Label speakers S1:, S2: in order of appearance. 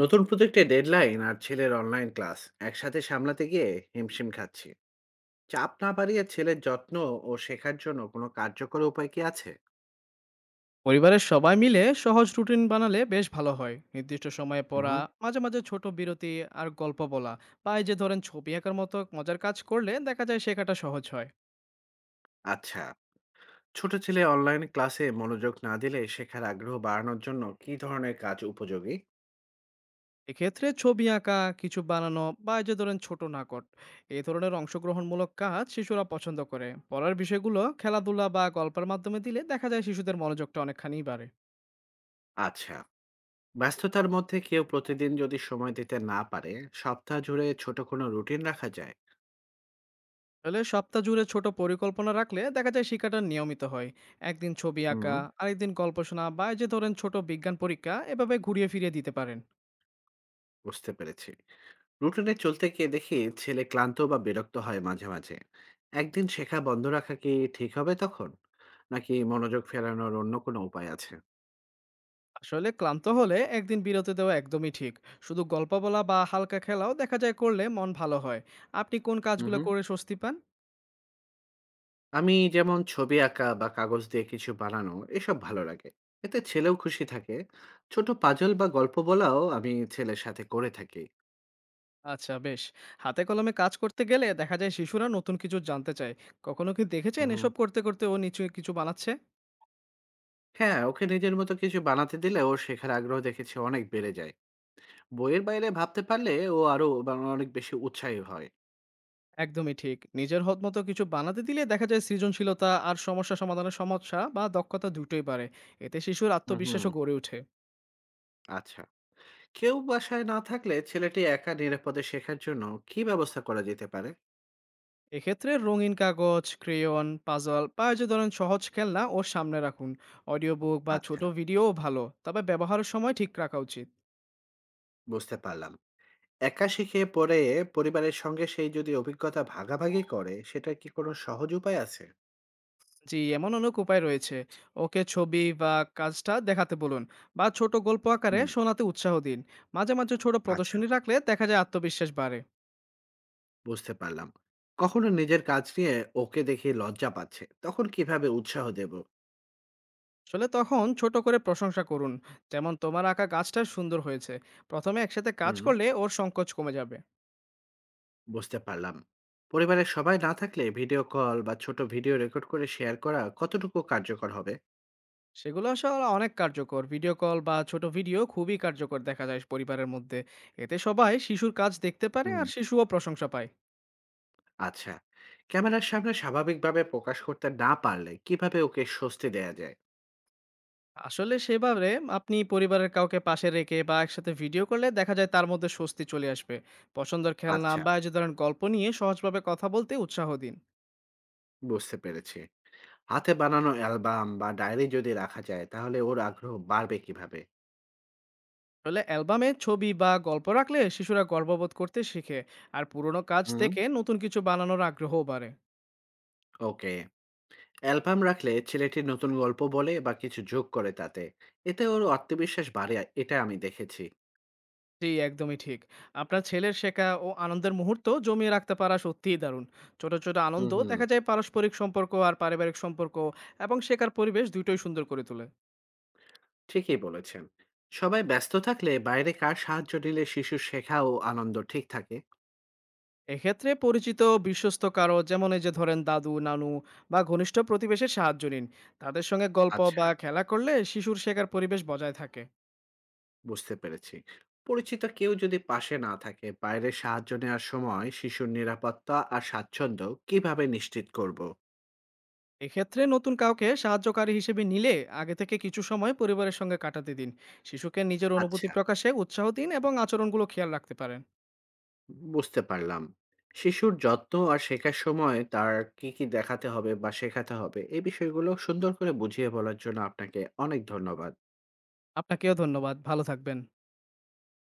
S1: নতুন প্রজেক্টে ডেডলাইন আর ছেলের অনলাইন ক্লাস একসাথে সামলাতে গিয়ে হিমশিম খাচ্ছি। চাপ না বাড়িয়ে ছেলের যত্ন ও শেখার জন্য কোনো কার্যকর উপায় কি আছে?
S2: পরিবারের সবাই মিলে সহজ রুটিন বানালে বেশ ভালো হয়, নির্দিষ্ট সময়ে পড়া,
S1: হুম।
S2: মাঝে মাঝে ছোট বিরতি আর গল্প বলা বা এই যে ধরেন ছবি আঁকার মতো মজার কাজ করলে দেখা যায় শেখাটা সহজ হয়।
S1: আচ্ছা, ছোট ছেলে অনলাইন ক্লাসে মনোযোগ না দিলে শেখার আগ্রহ বাড়ানোর জন্য কি ধরনের কাজ উপযোগী?
S2: এক্ষেত্রে ছবি আঁকা, কিছু বানানো বা এই যে ধরেন ছোট নাটক, এই ধরনের অংশগ্রহণমূলক কাজ শিশুরা পছন্দ করে। পড়ার বিষয়গুলো খেলাধুলা বা গল্পের মাধ্যমে দিলে দেখা যায় শিশুদের মনোযোগটা অনেকখানি বাড়ে।
S1: আচ্ছা, ব্যস্ততার মধ্যে কেউ প্রতিদিন যদি সময় দিতে না পারে, সপ্তাহ জুড়ে ছোট কোনো রুটিন রাখা যায়?
S2: আসলে সপ্তাহ জুড়ে ছোট পরিকল্পনা রাখলে দেখা যায় শিক্ষাটা নিয়মিত হয়। একদিন ছবি
S1: হুম।
S2: আঁকা, আরেকদিন গল্প শোনা বা এই যে ধরেন ছোট বিজ্ঞান পরীক্ষা, এভাবে ঘুরিয়ে ফিরিয়ে দিতে পারেন।
S1: বুঝতে পেরেছি। রুটিনে চলতে গিয়ে দেখি ছেলে ক্লান্ত বা বিরক্ত হয় মাঝে মাঝে। একদিন শেখা বন্ধ রাখা কি ঠিক হবে তখন, নাকি মনোযোগ ফেরানোর অন্য কোনো উপায় আছে?
S2: আসলে ক্লান্ত হলে একদিন বিরতি দেওয়া একদমই ঠিক। শুধু গল্প বলা বা হালকা খেলাও দেখা যায় করলে মন ভালো হয়। আপনি কোন
S1: হুম
S2: কাজগুলো
S1: হুম।
S2: করে স্বস্তি পান?
S1: আমি যেমন ছবি আঁকা বা কাগজ দিয়ে কিছু বানানো এসব ভালো লাগে। এতে ছেলেও খুশি থাকে। ছোট পাজল বা গল্প বলাও আমি ছেলের সাথে করে থাকি।
S2: আচ্ছা, বেশ। হাতে কলমে কাজ করতে গেলে দেখা যায় শিশুরা নতুন কিছু জানতে চায়। কখনো কি দেখেছেন
S1: হুম।
S2: এসব করতে করতে ও নিচু কিছু বানাচ্ছে?
S1: হ্যাঁ, ওকে নিজের মতো কিছু বানাতে দিলে ওর শেখার আগ্রহ দেখেছি অনেক বেড়ে যায়। বইয়ের বাইরে ভাবতে পারলে ও আরো মানে অনেক বেশি উৎসাহী হয়।
S2: একদমই ঠিক। নিজের হদ মতো কিছু বানাতে দিলে দেখা যায় সৃজনশীলতা আর সমস্যা সমাধানের সমস্যা বা দক্ষতা দুটোই বাড়ে। এতে শিশুর
S1: হুম হুম।
S2: আত্মবিশ্বাসও গড়ে ওঠে।
S1: আচ্ছা, কেউ বাসায় না থাকলে ছেলেটি একা নিরাপদে শেখার জন্য কি ব্যবস্থা করা যেতে পারে?
S2: এক্ষেত্রে রঙিন কাগজ, ক্রেয়ন, পাজল বা এই যে ধরেন সহজ খেলনা ওর সামনে রাখুন। অডিও বুক বা ছোট
S1: আচ্ছা,
S2: ভিডিওও ভালো। তবে ব্যবহারের সময় ঠিক রাখা উচিত।
S1: বুঝতে পারলাম। একা শিখে পড়ে পরিবারের সঙ্গে সেই যদি অভিজ্ঞতা ভাগাভাগি করে, সেটার কি কোনো সহজ উপায় আছে?
S2: জি, এমন অনেক উপায় রয়েছে। ওকে ছবি বা কাজটা দেখাতে বলুন বা ছোট গল্প আকারে
S1: হুম।
S2: শোনাতে উৎসাহ দিন। মাঝে, মাঝে ছোট
S1: আচ্ছা,
S2: প্রদর্শনী রাখলে দেখা যায় আত্মবিশ্বাস বাড়ে।
S1: বুঝতে পারলাম। কখনো নিজের কাজ নিয়ে ওকে দেখে লজ্জা পাচ্ছে, তখন কিভাবে উৎসাহ দেব?
S2: আসলে তখন ছোট করে প্রশংসা করুন, যেমন তোমার আঁকা গাছটা সুন্দর হয়েছে। প্রথমে একসাথে কাজ
S1: হুম।
S2: করলে ওর সংকোচ কমে যাবে।
S1: বুঝতে পারলাম। পরিবারের সবাই না থাকলে ভিডিও কল বা ছোট ভিডিও রেকর্ড করে শেয়ার করা কতটুকু কার্যকর হবে?
S2: সেগুলো আসলে অনেক কার্যকর। ভিডিও কল বা ছোট ভিডিও খুবই কার্যকর দেখা যায় পরিবারের মধ্যে। এতে সবাই শিশুর কাজ দেখতে পারে
S1: হুম।
S2: আর শিশুও প্রশংসা পায়।
S1: আচ্ছা, ক্যামেরার সামনে স্বাভাবিকভাবে প্রকাশ করতে না পারলে কিভাবে ওকে স্বস্তি দেয়া যায়?
S2: আসলে সেভাবে আপনি পরিবারের কাউকে পাশে রেখে বা একসাথে ভিডিও করলে দেখা যায় তার মধ্যে স্বস্তি চলে আসবে। পছন্দের খেলনা
S1: আচ্ছা,
S2: বা এই যে ধরেন গল্প নিয়ে সহজভাবে কথা বলতে উৎসাহ দিন।
S1: বুঝতে পেরেছি। হাতে বানানো অ্যালবাম বা ডায়েরি যদি রাখা যায় তাহলে ওর আগ্রহ বাড়বে কিভাবে?
S2: আসলে অ্যালবামে ছবি বা গল্প রাখলে শিশুরা গর্ববোধ করতে শিখে। আর পুরোনো কাজ
S1: হুম।
S2: থেকে নতুন কিছু বানানোর আগ্রহও বাড়ে।
S1: ওকে, অ্যালবাম রাখলে ছেলেটি নতুন গল্প বলে বা কিছু যোগ করে তাতে। এতে ওর আত্মবিশ্বাস বাড়ে, এটা আমি দেখেছি।
S2: জি, একদমই ঠিক। আপনার ছেলের শেখা ও আনন্দের মুহূর্ত জমিয়ে রাখতে পারা সত্যিই দারুণ। ছোট ছোট
S1: হুম
S2: আনন্দ
S1: হুম।
S2: দেখা যায় পারস্পরিক সম্পর্ক আর পারিবারিক সম্পর্ক এবং শেখার পরিবেশ দুটোই সুন্দর করে তোলে।
S1: ঠিকই বলেছেন। সবাই ব্যস্ত থাকলে বাইরে কার সাহায্য নিলে শিশুর শেখা ও আনন্দ ঠিক থাকে?
S2: এক্ষেত্রে পরিচিত, বিশ্বস্ত কারো, যেমন এই যে ধরেন দাদু, নানু বা ঘনিষ্ঠ প্রতিবেশের সাহায্য নিন। তাদের সঙ্গে গল্প
S1: আচ্ছা,
S2: বা খেলা করলে শিশুর শেখার পরিবেশ বজায় থাকে।
S1: বুঝতে পেরেছি। পরিচিত কেউ যদি পাশে না থাকে, বাইরের সাহায্য নেওয়ার সময় শিশুর নিরাপত্তা আর স্বাচ্ছন্দ্য কিভাবে নিশ্চিত করব?
S2: এক্ষেত্রে নতুন কাউকে সাহায্যকারী হিসেবে নিলে আগে থেকে কিছু সময় পরিবারের সঙ্গে কাটাতে দিন। শিশুকে নিজের অনুভূতি
S1: আচ্ছা,
S2: প্রকাশে উৎসাহ দিন এবং আচরণগুলো খেয়াল রাখতে পারেন।
S1: বুঝতে পারলাম। শিশুর যত্ন আর শেখার সময় তার কি কি দেখাতে হবে বা শেখাতে হবে এই বিষয়গুলো সুন্দর করে বুঝিয়ে বলার জন্য আপনাকে অনেক ধন্যবাদ।
S2: আপনাকেও ধন্যবাদ, ভালো থাকবেন।